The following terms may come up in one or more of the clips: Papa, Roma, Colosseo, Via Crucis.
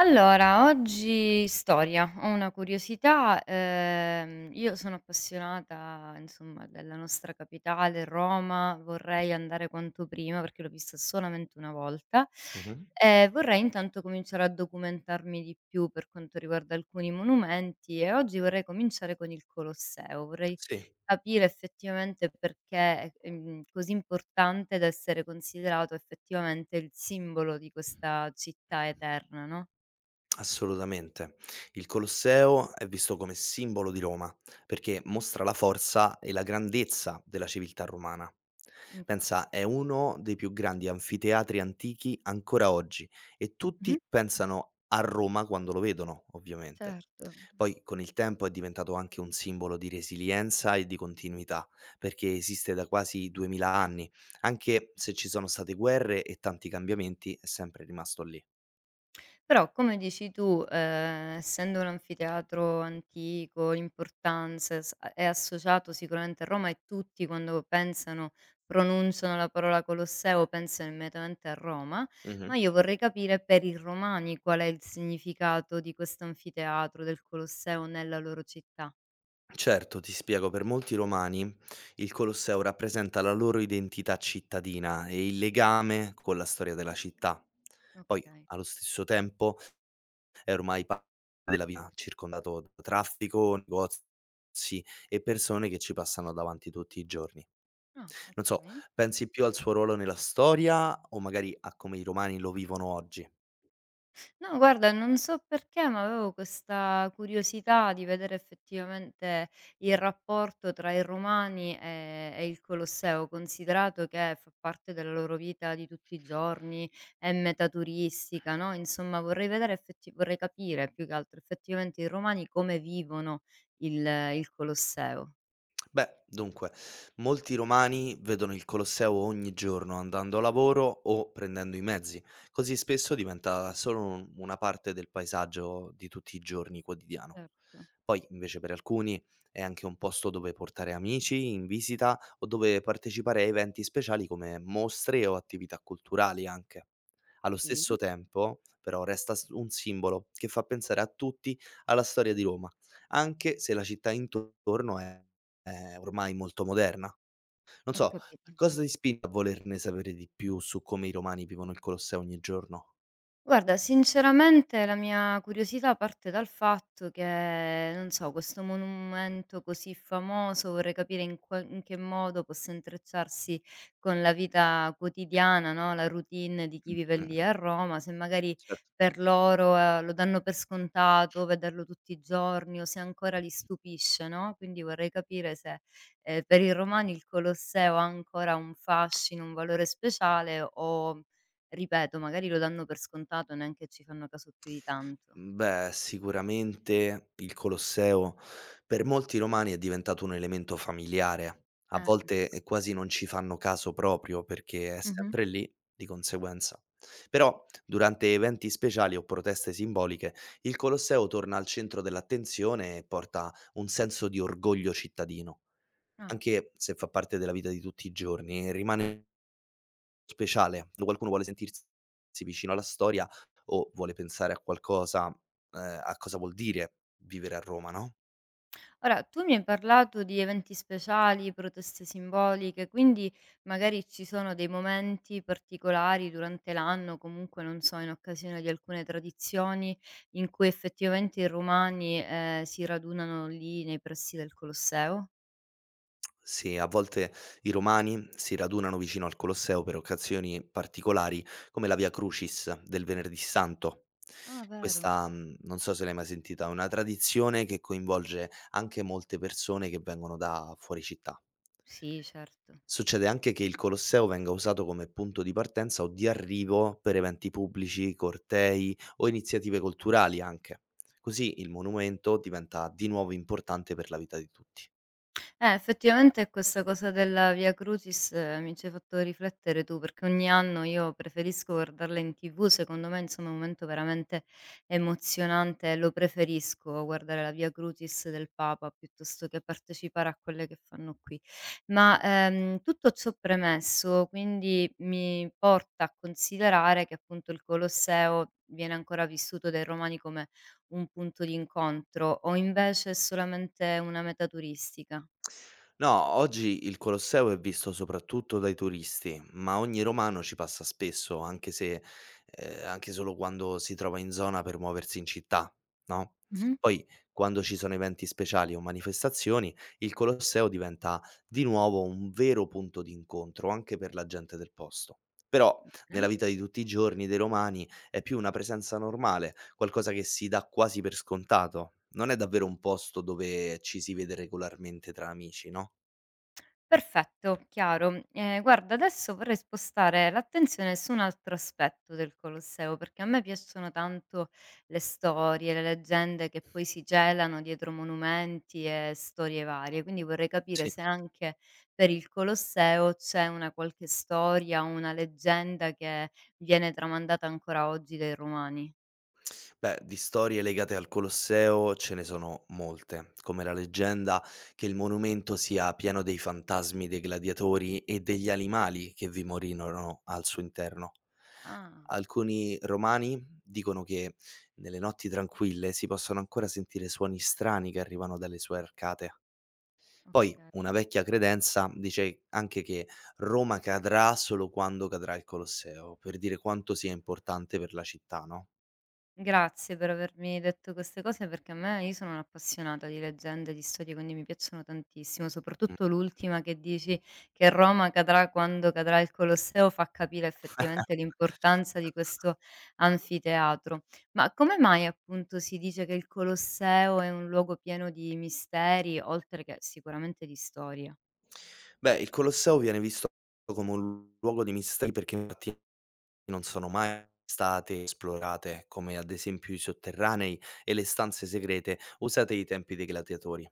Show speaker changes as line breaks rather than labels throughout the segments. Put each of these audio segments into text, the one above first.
Allora, oggi storia. Ho una curiosità, io sono appassionata, insomma, della nostra capitale, Roma, vorrei andare quanto prima perché l'ho vista solamente una volta.
Mh-mh.
E vorrei intanto cominciare a documentarmi di più per quanto riguarda alcuni monumenti e oggi vorrei cominciare con il Colosseo. Vorrei
Sì.
capire effettivamente perché è, così importante da essere considerato effettivamente il simbolo di questa città eterna, no?
Assolutamente. Il Colosseo è visto come simbolo di Roma, perché mostra la forza e la grandezza della civiltà romana.
Infa
Pensa, è uno dei più grandi anfiteatri antichi ancora oggi e
Mh-mh.
tutti pensano a Roma quando lo vedono, ovviamente.
Certo.
Poi con il tempo è diventato anche un simbolo di resilienza e di continuità, perché esiste da quasi 2000 anni, anche se ci sono state guerre e tanti cambiamenti, è sempre rimasto lì.
Però come dici tu, essendo un anfiteatro antico, l'importanza è s è associato sicuramente a Roma e tutti quando pensano pronunciano la parola Colosseo pensano immediatamente a Roma, ma
Mhm.
io vorrei capire per i romani qual è il significato di questo anfiteatro, del Colosseo nella loro città.
Certo, ti spiego, per molti romani il Colosseo rappresenta la loro identità cittadina e il legame con la storia della città. Poi,
Okay.
allo stesso tempo, è ormai parte della vita, circondato da traffico, negozi e persone che ci passano davanti tutti i giorni.
Ah,
Non so,
okay.
pensi più al suo ruolo nella storia o magari a come i romani lo vivono oggi?
No, guarda, non so perché, ma avevo questa curiosità di vedere effettivamente il rapporto tra i romani e il Colosseo, considerato che fa parte della loro vita di tutti i giorni, è meta turistica, no, insomma vorrei vedere effetti vorrei capire più che altro effettivamente i romani come vivono il Colosseo.
Beh, dunque, molti romani vedono il Colosseo ogni giorno andando a lavoro o prendendo i mezzi, così spesso diventa solo una parte del paesaggio di tutti i giorni quotidiano.
Certo,
Poi, invece, per alcuni è anche un posto dove portare amici in visita o dove partecipare a eventi speciali come mostre o attività culturali anche. Allo
sì,
stesso tempo, però, resta un simbolo che fa pensare a tutti alla storia di Roma, anche se la città intorno è ormai molto moderna. Non
ho
so,
capito.
cosa ti spinge a volerne sapere di più su come i romani vivono il Colosseo ogni giorno?
Guarda, sinceramente la mia curiosità parte dal fatto che, non so, questo monumento così famoso, vorrei capire in che modo possa intrecciarsi con la vita quotidiana, no? La routine di chi vive lì
Mh-mh,
a Roma, se magari
certo.
per loro lo danno per scontato, vederlo tutti i giorni o se ancora li stupisce, no? Quindi vorrei capire se per i romani il Colosseo ha ancora un fascino, un valore speciale o Ripeto, magari lo danno per scontato, neanche ci fanno caso più di tanto.
Beh, sicuramente il Colosseo per molti romani è diventato un elemento familiare. A
Infa
volte, quasi non ci fanno caso proprio perché è
Mh-mh.
sempre lì, di conseguenza. Però durante eventi speciali o proteste simboliche, il Colosseo torna al centro dell'attenzione e porta un senso di orgoglio cittadino.
Ah.
Anche se fa parte della vita di tutti i giorni, rimane speciale. Quando qualcuno vuole sentirsi vicino alla storia o vuole pensare a qualcosa, a cosa vuol dire vivere a Roma, no,
Ora, tu mi hai parlato di eventi speciali, proteste simboliche, quindi magari ci sono dei momenti particolari durante l'anno, comunque non so, in occasione di alcune tradizioni, in cui effettivamente i romani, si radunano lì nei pressi del Colosseo?
se a volte i romani si radunano vicino al Colosseo per occasioni particolari, come la Via Crucis del Venerdì Santo.
Ah, vero.
Questa, non so se l'hai mai sentita, è una tradizione che coinvolge anche molte persone che vengono da fuori città.
Sì, certo.
Succede anche che il Colosseo venga usato come punto di partenza o di arrivo per eventi pubblici, cortei o iniziative culturali anche. Così il monumento diventa di nuovo importante per la vita di tutti.
Effettivamente questa cosa della Via Crucis mi ci hai fatto riflettere tu, perché ogni anno io preferisco guardarla in TV, secondo me insomma è un momento veramente emozionante, lo preferisco guardare la Via Crucis del Papa piuttosto che partecipare a quelle che fanno qui. Ma tutto ciò premesso, quindi mi porta a considerare che appunto il Colosseo viene ancora vissuto dai romani come un punto di incontro o invece è solamente una meta turistica.
No, oggi il Colosseo è visto soprattutto dai turisti, ma ogni romano ci passa spesso, anche se anche solo quando si trova in zona per muoversi in città, no,
Mh-mh.
poi quando ci sono eventi speciali o manifestazioni, il Colosseo diventa di nuovo un vero punto d'incontro anche per la gente del posto. Però nella
Bene.
vita di tutti i giorni dei romani è più una presenza normale, qualcosa che si dà quasi per scontato. Non è davvero un posto dove ci si vede regolarmente tra amici, no?
Perfetto, chiaro. Guarda adesso vorrei spostare l'attenzione su un altro aspetto del Colosseo, perché a me piacciono tanto le storie, le leggende che poi si celano dietro monumenti e storie varie, quindi vorrei capire
Sì.
se anche per il Colosseo c'è una qualche storia, una leggenda che viene tramandata ancora oggi dai romani.
Beh, di storie legate al Colosseo ce ne sono molte, come la leggenda che il monumento sia pieno dei fantasmi dei gladiatori e degli animali che vi morirono al suo interno.
Ah,
Alcuni romani dicono che nelle notti tranquille si possono ancora sentire suoni strani che arrivano dalle sue arcate. Poi
okay.
una vecchia credenza dice anche che Roma cadrà solo quando cadrà il Colosseo, per dire quanto sia importante per la città, no.
Grazie per avermi detto queste cose perché a me io sono un'appassionata di leggende, di storie, quindi mi piacciono tantissimo,
Mh.
soprattutto l'ultima che dici che Roma cadrà quando cadrà il Colosseo fa capire effettivamente l'importanza di questo anfiteatro. Ma come mai appunto si dice che il Colosseo è un luogo pieno di misteri, oltre che sicuramente di storia?
Beh, il Colosseo viene visto come un luogo di misteri perché infatti non sono mai state esplorate, come ad esempio i sotterranei e le stanze segrete usate ai tempi dei gladiatori.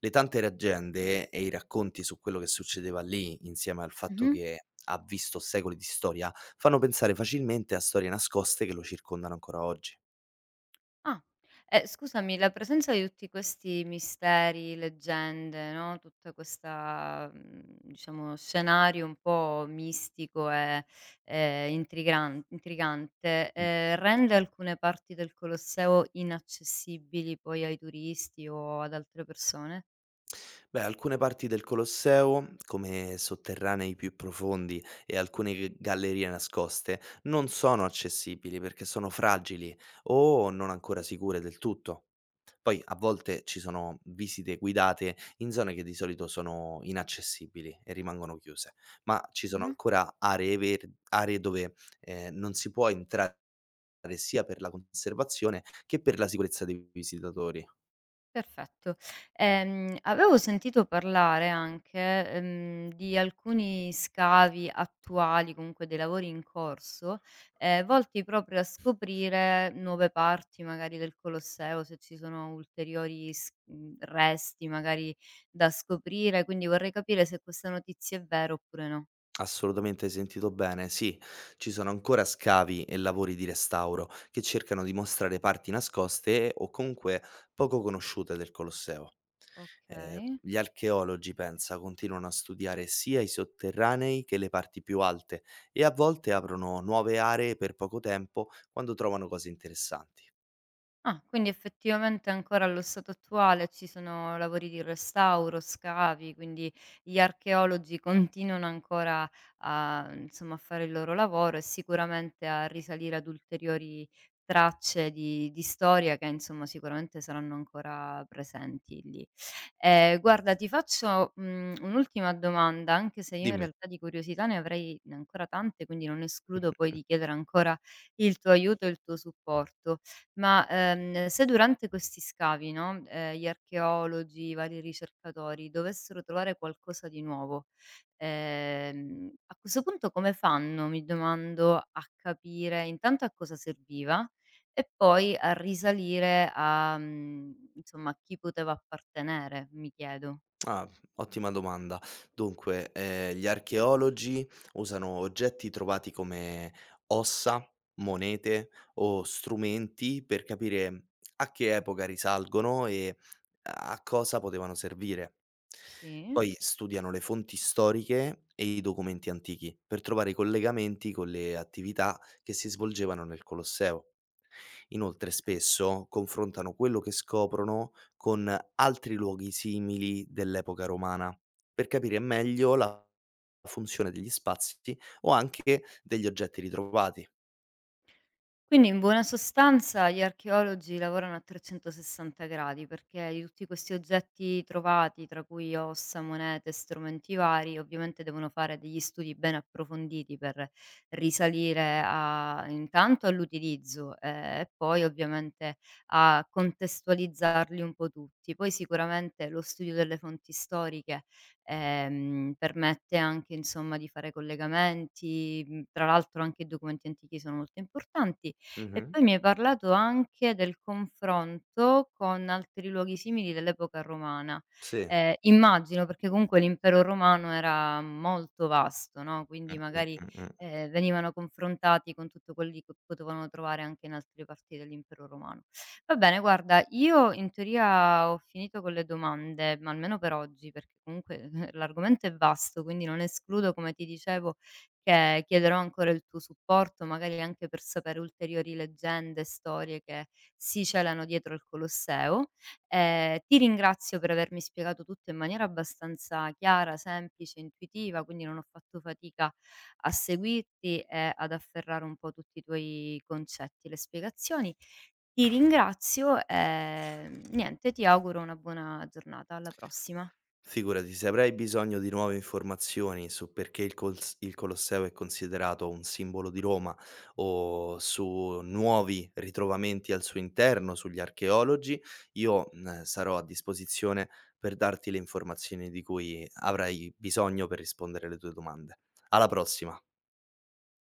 Le tante leggende e i racconti su quello che succedeva lì, insieme al fatto che ha visto secoli di storia, fanno pensare facilmente a storie nascoste che lo circondano ancora oggi.
Ah. E scusami, la presenza di tutti questi misteri, leggende, no, tutta questa, diciamo, scenario un po' mistico e, intrigante, rende alcune parti del Colosseo inaccessibili poi ai turisti o ad altre persone?
Beh, alcune parti del Colosseo, come sotterranei più profondi e alcune gallerie nascoste, non sono accessibili perché sono fragili o non ancora sicure del tutto. Poi a volte ci sono visite guidate in zone che di solito sono inaccessibili e rimangono chiuse, ma ci sono
Mh-mh.
ancora aree, aree dove non si può entrare sia per la conservazione che per la sicurezza dei visitatori.
Perfetto. Avevo sentito parlare anche, di alcuni scavi attuali, comunque dei lavori in corso, volti proprio a scoprire nuove parti magari del Colosseo, se ci sono resti magari da scoprire, quindi vorrei capire se questa notizia è vera oppure no.
Assolutamente, hai sentito bene. Sì, ci sono ancora scavi e lavori di restauro che cercano di mostrare parti nascoste o comunque poco conosciute del Colosseo.
Okay.
Gli archeologi, pensa, continuano a studiare sia i sotterranei che le parti più alte e a volte aprono nuove aree per poco tempo quando trovano cose interessanti.
Ah, quindi effettivamente ancora allo stato attuale ci sono lavori di restauro, scavi, quindi gli archeologi continuano ancora a, insomma, a fare il loro lavoro e sicuramente a risalire ad ulteriori tracce di storia che insomma sicuramente saranno ancora presenti lì. Guarda, ti faccio un'ultima domanda, anche se io in
Dimmi.
realtà di curiosità ne avrei ancora tante, quindi non escludo poi di chiedere ancora il tuo aiuto e il tuo supporto. Ma, se durante questi scavi, no, gli archeologi, i vari ricercatori dovessero trovare qualcosa di nuovo, a questo punto come fanno, mi domando, a capire intanto a cosa serviva e poi a risalire a insomma, a chi poteva appartenere, mi chiedo.
Ah, ottima domanda. Dunque, gli archeologi usano oggetti trovati come ossa, monete o strumenti per capire a che epoca risalgono e a cosa potevano servire.
Sì,
Poi studiano le fonti storiche e i documenti antichi per trovare i collegamenti con le attività che si svolgevano nel Colosseo. Inoltre
okay.
spesso confrontano quello che scoprono con altri luoghi simili dell'epoca romana, per capire meglio la funzione degli spazi o anche degli oggetti ritrovati.
Quindi in buona sostanza gli archeologi lavorano a 360 gradi perché di tutti questi oggetti trovati, tra cui ossa, monete, strumenti vari, ovviamente devono fare degli studi ben approfonditi per risalire a, intanto all'utilizzo e poi ovviamente a contestualizzarli un po' tutti. Poi sicuramente lo studio delle fonti storiche permette anche insomma di fare collegamenti, tra l'altro anche i documenti antichi sono molto importanti e
Mh-mh.
poi mi hai parlato anche del confronto con altri luoghi simili dell'epoca romana.
Sì.
Immagino, perché comunque l'impero romano era molto vasto, no,
Mh,
quindi
mh,
magari,
mh, mh.
venivano confrontati con tutto quelli che potevano trovare anche in altre parti dell'impero romano. Va bene, guarda, io in teoria ho finito con le domande, ma almeno per oggi, perché comunque l'argomento è vasto, quindi non escludo, come ti dicevo, che chiederò ancora il tuo supporto, magari anche per sapere ulteriori leggende e storie che si celano dietro il Colosseo. Ti ringrazio per avermi spiegato tutto in maniera abbastanza chiara, semplice, intuitiva, quindi non ho fatto fatica a seguirti e ad afferrare un po' tutti i tuoi concetti e le spiegazioni. Ti ringrazio e, niente, ti auguro una buona giornata. Alla prossima.
Figurati, se avrai bisogno di nuove informazioni su perché il Cols il Colosseo è considerato un simbolo di Roma o su nuovi ritrovamenti al suo interno, sugli archeologi, io, sarò a disposizione per darti le informazioni di cui avrai bisogno per rispondere alle tue domande. Alla prossima.